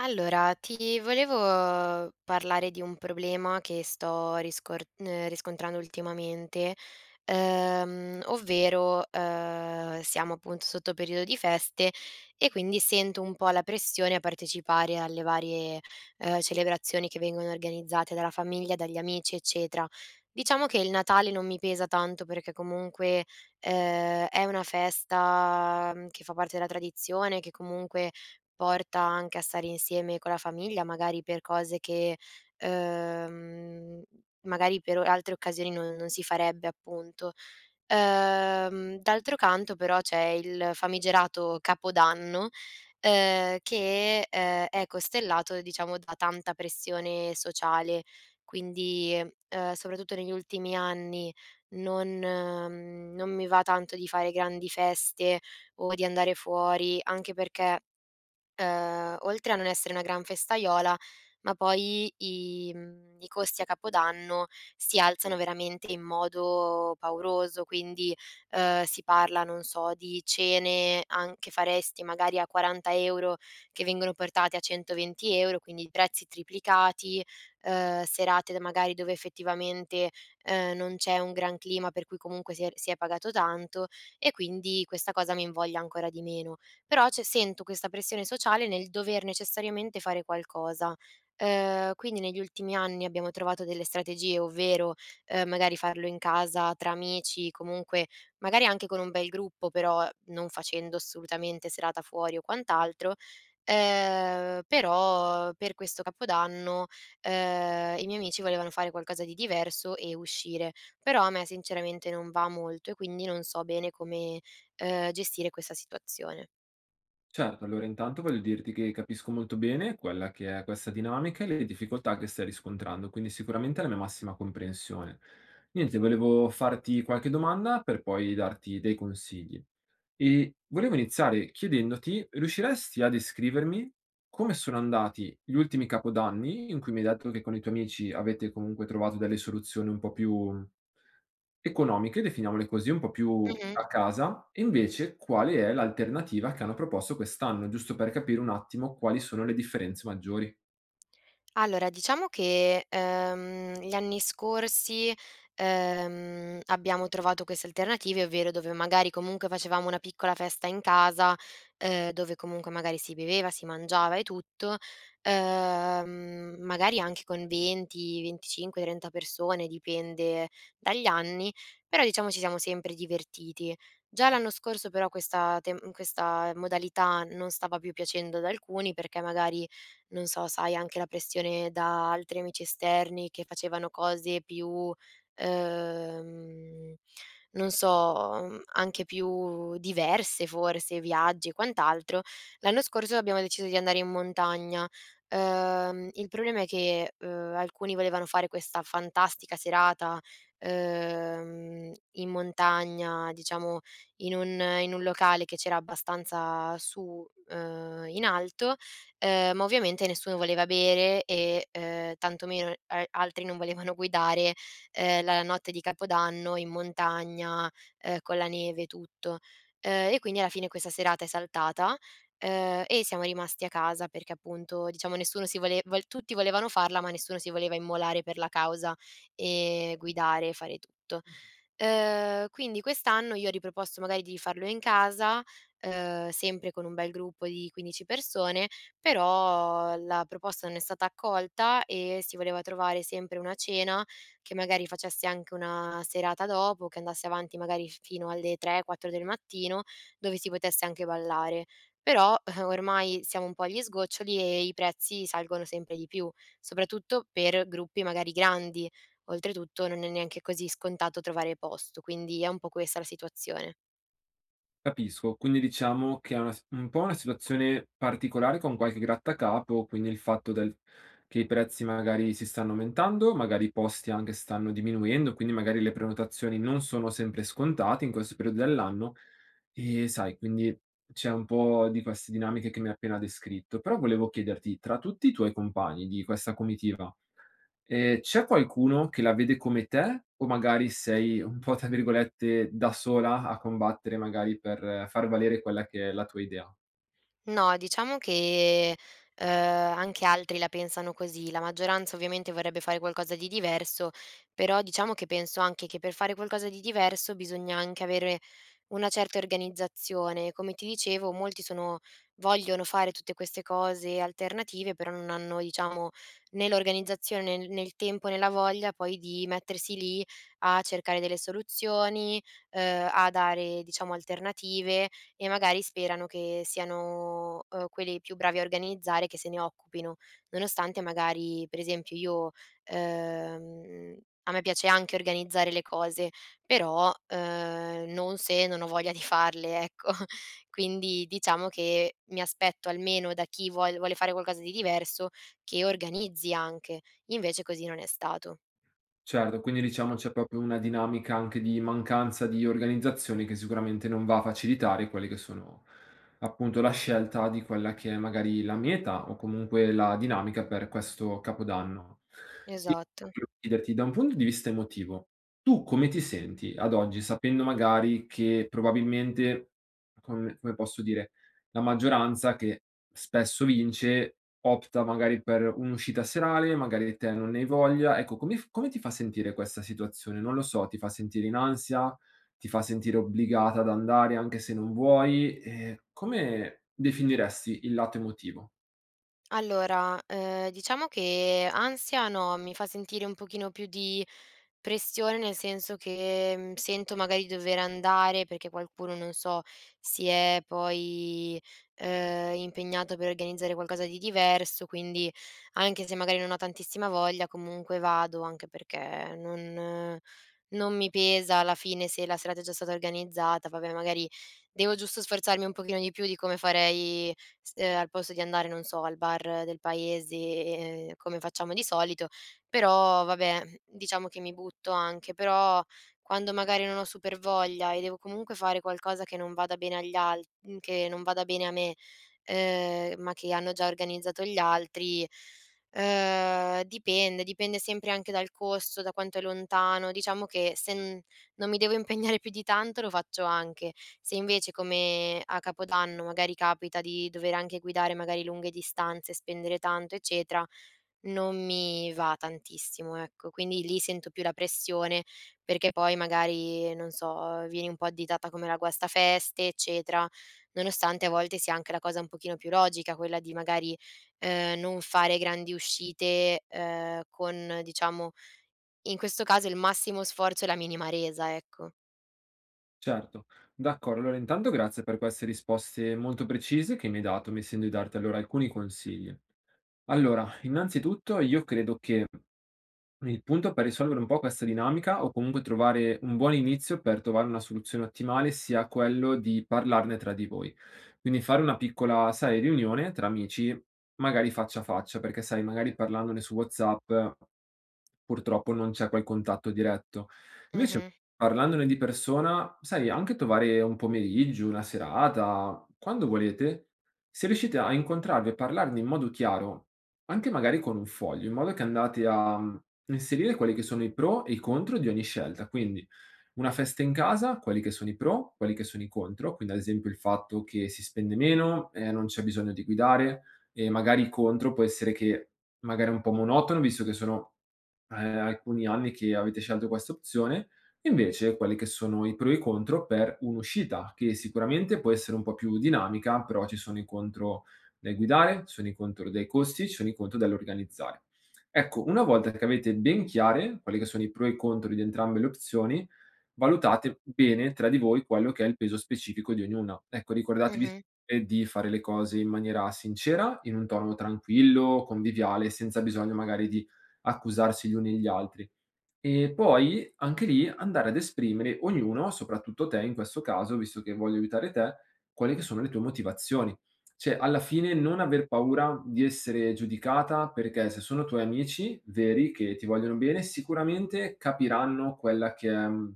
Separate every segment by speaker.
Speaker 1: Allora, ti volevo parlare di un problema che sto riscor riscontrando ultimamente, ovvero, siamo appunto sotto periodo di feste e quindi sento un po' la pressione a partecipare alle varie, celebrazioni che vengono organizzate dalla famiglia, dagli amici, eccetera. Diciamo che il Natale non mi pesa tanto perché comunque, è una festa, mhmm, che fa parte della tradizione, che comunque porta anche a stare insieme con la famiglia, magari per cose che, ehm, magari per altre occasioni non si farebbe appunto. D'altro canto però c'è il famigerato Capodanno, che, è costellato diciamo da tanta pressione sociale, quindi, soprattutto negli ultimi anni non mi va tanto di fare grandi feste o di andare fuori, anche perché oltre a non essere una gran festaiola, ma poi i costi a capodanno si alzano veramente in modo pauroso, quindi, si parla, non so, di cene an che faresti magari a 40 € che vengono portate a 120 €, quindi prezzi triplicati, serate d magari dove effettivamente, non c'è un gran clima per cui comunque si è pagato tanto e quindi questa cosa mi invoglia ancora di meno. Però cioè sento questa pressione sociale nel dover necessariamente fare qualcosa. Quindi negli ultimi anni abbiamo trovato delle strategie, ovvero, magari farlo in casa tra amici, comunque magari anche con un bel gruppo, però non facendo assolutamente serata fuori o quant'altro. Però per questo capodanno, i miei amici volevano fare qualcosa di diverso e uscire, però a me sinceramente non va molto e quindi non so bene come, gestire questa situazione.
Speaker 2: Certo, allora intanto voglio dirti che capisco molto bene quella che è questa dinamica e le difficoltà che stai riscontrando, quindi sicuramente la mia massima comprensione. Niente, volevo farti qualche domanda per poi darti dei consigli. E volevo iniziare chiedendoti, riusciresti a descrivermi come sono andati gli ultimi capodanni in cui mi hai detto che con i tuoi amici avete comunque trovato delle soluzioni un po' più economiche, definiamole così, un po' più
Speaker 1: Mh-mh.
Speaker 2: a casa, e invece quale è l'alternativa che hanno proposto quest'anno, giusto per capire un attimo quali sono le differenze maggiori?
Speaker 1: Allora, diciamo che, gli anni scorsi, abbiamo trovato queste alternative, ovvero dove magari comunque facevamo una piccola festa in casa, dove comunque magari si beveva, si mangiava e tutto, magari anche con 20, 25, 30 persone, dipende dagli anni, però diciamo ci siamo sempre divertiti. Già l'anno scorso però questa modalità non stava più piacendo ad alcuni perché magari non so, sai anche la pressione da altri amici esterni che facevano cose più, ehm, non so, mhmm, anche più diverse forse, viaggi e quant'altro. L'anno scorso abbiamo deciso di andare in montagna. Il problema è che, alcuni volevano fare questa fantastica serata, in montagna, diciamo in un locale che c'era abbastanza su, in alto. Ma ovviamente nessuno voleva bere e, tantomeno a altri non volevano guidare, la notte di Capodanno in montagna, con la neve e tutto. E quindi alla fine questa serata è saltata, e siamo rimasti a casa perché appunto, diciamo nessuno si vole vol tutti volevano farla, ma nessuno si voleva immolare per la causa e guidare e fare tutto. Quindi quest'anno io ho riproposto magari di farlo in casa, sempre con un bel gruppo di 15 persone, però la proposta non è stata accolta e si voleva trovare sempre una cena che magari facesse anche una serata dopo, che andasse avanti magari f fino alle 3, 4 del mattino, dove si potesse anche ballare. Però ormai siamo un po' agli sgoccioli e i prezzi salgono sempre di più, soprattutto per gruppi magari grandi. Oltretutto non è neanche così scontato trovare posto, quindi è un po' questa la situazione.
Speaker 2: Capisco, quindi diciamo che è una s un po' una situazione particolare con qualche grattacapo, quindi il fatto del che i prezzi magari si stanno aumentando, magari i posti anche stanno diminuendo, quindi magari le prenotazioni non sono sempre scontate in questo periodo dell'anno, e sai, quindi c'è un po' di queste dinamiche che mi hai appena descritto. Però volevo chiederti, tra tutti i tuoi compagni di questa comitiva, c'è qualcuno che la vede come te o magari sei un po', tra virgolette, "da sola" a combattere magari per far valere quella che è la tua idea?
Speaker 1: No, diciamo che, anche altri la pensano così. La maggioranza ovviamente vorrebbe fare qualcosa di diverso, però diciamo che penso anche che per fare qualcosa di diverso bisogna anche avere una certa organizzazione. Come ti dicevo, molti sono vogliono fare tutte queste cose alternative, però non hanno, diciamo, né l'organizzazione, né il tempo, né la voglia poi di mettersi lì a cercare delle soluzioni, a dare, diciamo, alternative e magari sperano che siano, quelli più bravi a organizzare che se ne occupino. Nonostante magari, per esempio, io, ehm, a me piace anche organizzare le cose, però, non ho voglia di farle, ecco. Quindi diciamo che mi aspetto almeno da chi vuole fare qualcosa di diverso che organizzi anche, invece così non è stato.
Speaker 2: Certo, quindi diciamo c'è proprio una dinamica anche di mancanza di organizzazione che sicuramente non va a facilitare quelle che sono appunto la scelta di quella che è magari la meta o comunque la dinamica per questo capodanno. Io
Speaker 1: Esatto.
Speaker 2: volevo chiederti da un punto di vista emotivo, tu come ti senti ad oggi, sapendo magari che probabilmente, come posso dire, la maggioranza che spesso vince opta magari per un'uscita serale, magari te non ne hai voglia. Ecco, come ti fa sentire questa situazione? Non lo so, ti fa sentire in ansia, ti fa sentire obbligata ad andare anche se non vuoi? Come definiresti il lato emotivo?
Speaker 1: Allora, diciamo che ansia no, mi fa sentire un pochino più di pressione, nel senso che, mhmm, sento magari di dover andare perché qualcuno, non so, si è poi, impegnato per organizzare qualcosa di diverso, quindi anche se magari non ho tantissima voglia comunque vado, anche perché non mi pesa alla fine se la serata è già stata organizzata. Vabbè, magari devo giusto sforzarmi un pochino di più di come farei s al posto di andare, non so, al bar del paese, come facciamo di solito. Però vabbè, diciamo che mi butto anche, però quando magari non ho super voglia e devo comunque fare qualcosa che non vada bene agli al mhmm, che non vada bene a me, ma che hanno già organizzato gli altri, dipende, dipende sempre anche dal costo, da quanto è lontano. Diciamo che se n non mi devo impegnare più di tanto lo faccio anche. Se invece, come a Capodanno, magari capita di dover anche guidare magari lunghe distanze, spendere tanto, eccetera, non mi va tantissimo, ecco. Quindi lì sento più la pressione, perché poi magari, non so, vieni un po' additata come la guastafeste, eccetera, nonostante a volte sia anche la cosa un pochino più logica, quella di magari, non fare grandi uscite, con diciamo, in questo caso il massimo sforzo e la minima resa, ecco.
Speaker 2: Certo, d'accordo. Allora intanto grazie per queste risposte molto precise che mi hai dato, mi sento di darti allora alcuni consigli. Allora, innanzitutto io credo che il punto per risolvere un po' questa dinamica o comunque trovare un buon inizio per trovare una soluzione ottimale sia quello di parlarne tra di voi. Quindi fare una piccola, sai, riunione tra amici, magari faccia a faccia, perché sai, magari parlandone su WhatsApp purtroppo non c'è quel contatto diretto. Invece
Speaker 1: Mh-mh,
Speaker 2: parlandone di persona, sai, anche trovare un pomeriggio, una serata, quando volete, se riuscite a incontrarvi e parlarne in modo chiaro anche magari con un foglio, in modo che andate a, inserire quelli che sono i pro e i contro di ogni scelta. Quindi una festa in casa, quali che sono i pro, quali che sono i contro, quindi ad esempio il fatto che si spende meno, non c'è bisogno di guidare, e magari contro può essere che magari è un po' monotono, visto che sono alcuni anni che avete scelto questa opzione, e invece quelli che sono i pro e i contro per un'uscita che sicuramente può essere un po' più dinamica, però ci sono i contro del guidare, ci sono i contro dei costi, ci sono i contro dell'organizzare. Ecco, una volta che avete ben chiare quelli che sono i pro e i contro di entrambe le opzioni, valutate bene tra di voi quello che è il peso specifico di ognuna. Ecco, ricordatevi
Speaker 1: mh-mh,
Speaker 2: sempre di fare le cose in maniera sincera, in un tono tranquillo, conviviale, senza bisogno magari di accusarsi gli uni gli altri. E poi anche lì andare ad esprimere ognuno, soprattutto te in questo caso, visto che voglio aiutare te, quelle che sono le tue motivazioni. Cioè, alla fine non aver paura di essere giudicata, perché se sono tuoi amici veri che ti vogliono bene, sicuramente capiranno quella che è,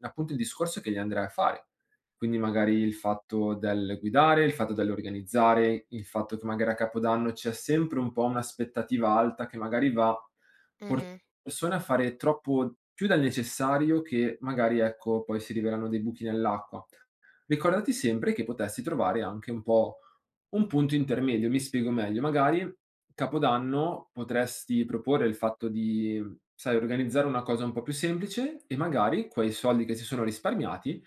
Speaker 2: appunto il discorso che gli andrai a fare. Quindi magari il fatto del guidare, il fatto dell'organizzare, il fatto che magari a Capodanno c'è sempre un po' un'aspettativa alta che magari va
Speaker 1: mh-mh.
Speaker 2: persone a fare troppo più del necessario che magari, ecco, poi si rivelano dei buchi nell'acqua. Ricordati sempre che potresti trovare anche un po' un punto intermedio. Mi spiego meglio: magari capodanno potresti proporre il fatto di, sai, organizzare una cosa un po' più semplice e magari quei soldi che si sono risparmiati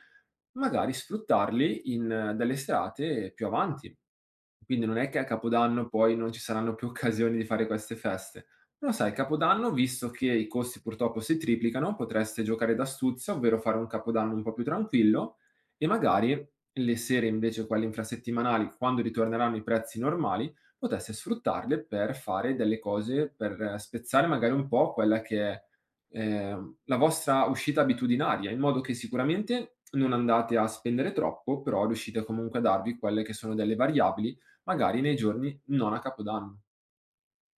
Speaker 2: magari sfruttarli in delle serate più avanti. Quindi non è che a Capodanno poi non ci saranno più occasioni di fare queste feste. Però sai, Capodanno, visto che i costi purtroppo si triplicano, potreste giocare d'astuzia, ovvero fare un Capodanno un po' più tranquillo e magari le sere invece, quelle infrasettimanali, quando ritorneranno i prezzi normali, poteste sfruttarle per fare delle cose, per spezzare magari un po' quella che è la vostra uscita abitudinaria, in modo che sicuramente non andate a spendere troppo, però riuscite comunque a darvi quelle che sono delle variabili, magari nei giorni non a Capodanno.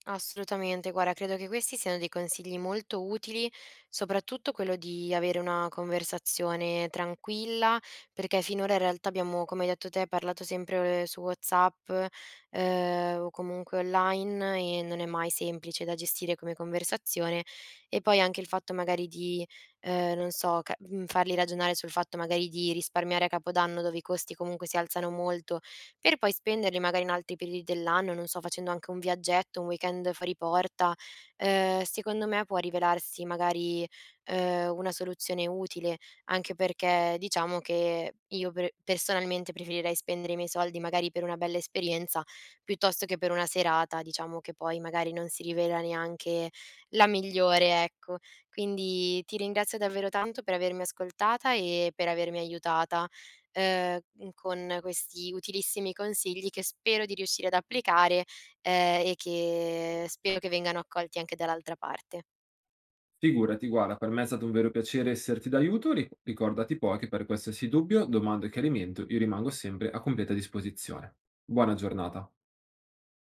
Speaker 1: Assolutamente, guarda, credo che questi siano dei consigli molto utili, soprattutto quello di avere una conversazione tranquilla, perché finora in realtà abbiamo, come hai detto te, parlato sempre su WhatsApp, o comunque online e non è mai semplice da gestire come conversazione. E poi anche il fatto magari di, non so, farli ragionare sul fatto magari di risparmiare a Capodanno dove i costi comunque si alzano molto per poi spenderli magari in altri periodi dell'anno, non so, facendo anche un viaggetto, un weekend fuori porta, secondo me può rivelarsi magari, una soluzione utile, anche perché diciamo che io personalmente preferirei spendere i miei soldi magari per una bella esperienza, piuttosto che per una serata, diciamo, che poi magari non si rivela neanche la migliore, ecco. Quindi ti ringrazio davvero tanto per avermi ascoltata e per avermi aiutata mhmm, con questi utilissimi consigli che spero di riuscire ad applicare, e che spero che vengano accolti anche dall'altra parte.
Speaker 2: Figurati, guarda, per me è stato un vero piacere esserti d'aiuto. Ricordati poi che per qualsiasi dubbio, domanda o chiarimento, io rimango sempre a completa disposizione. Buona giornata.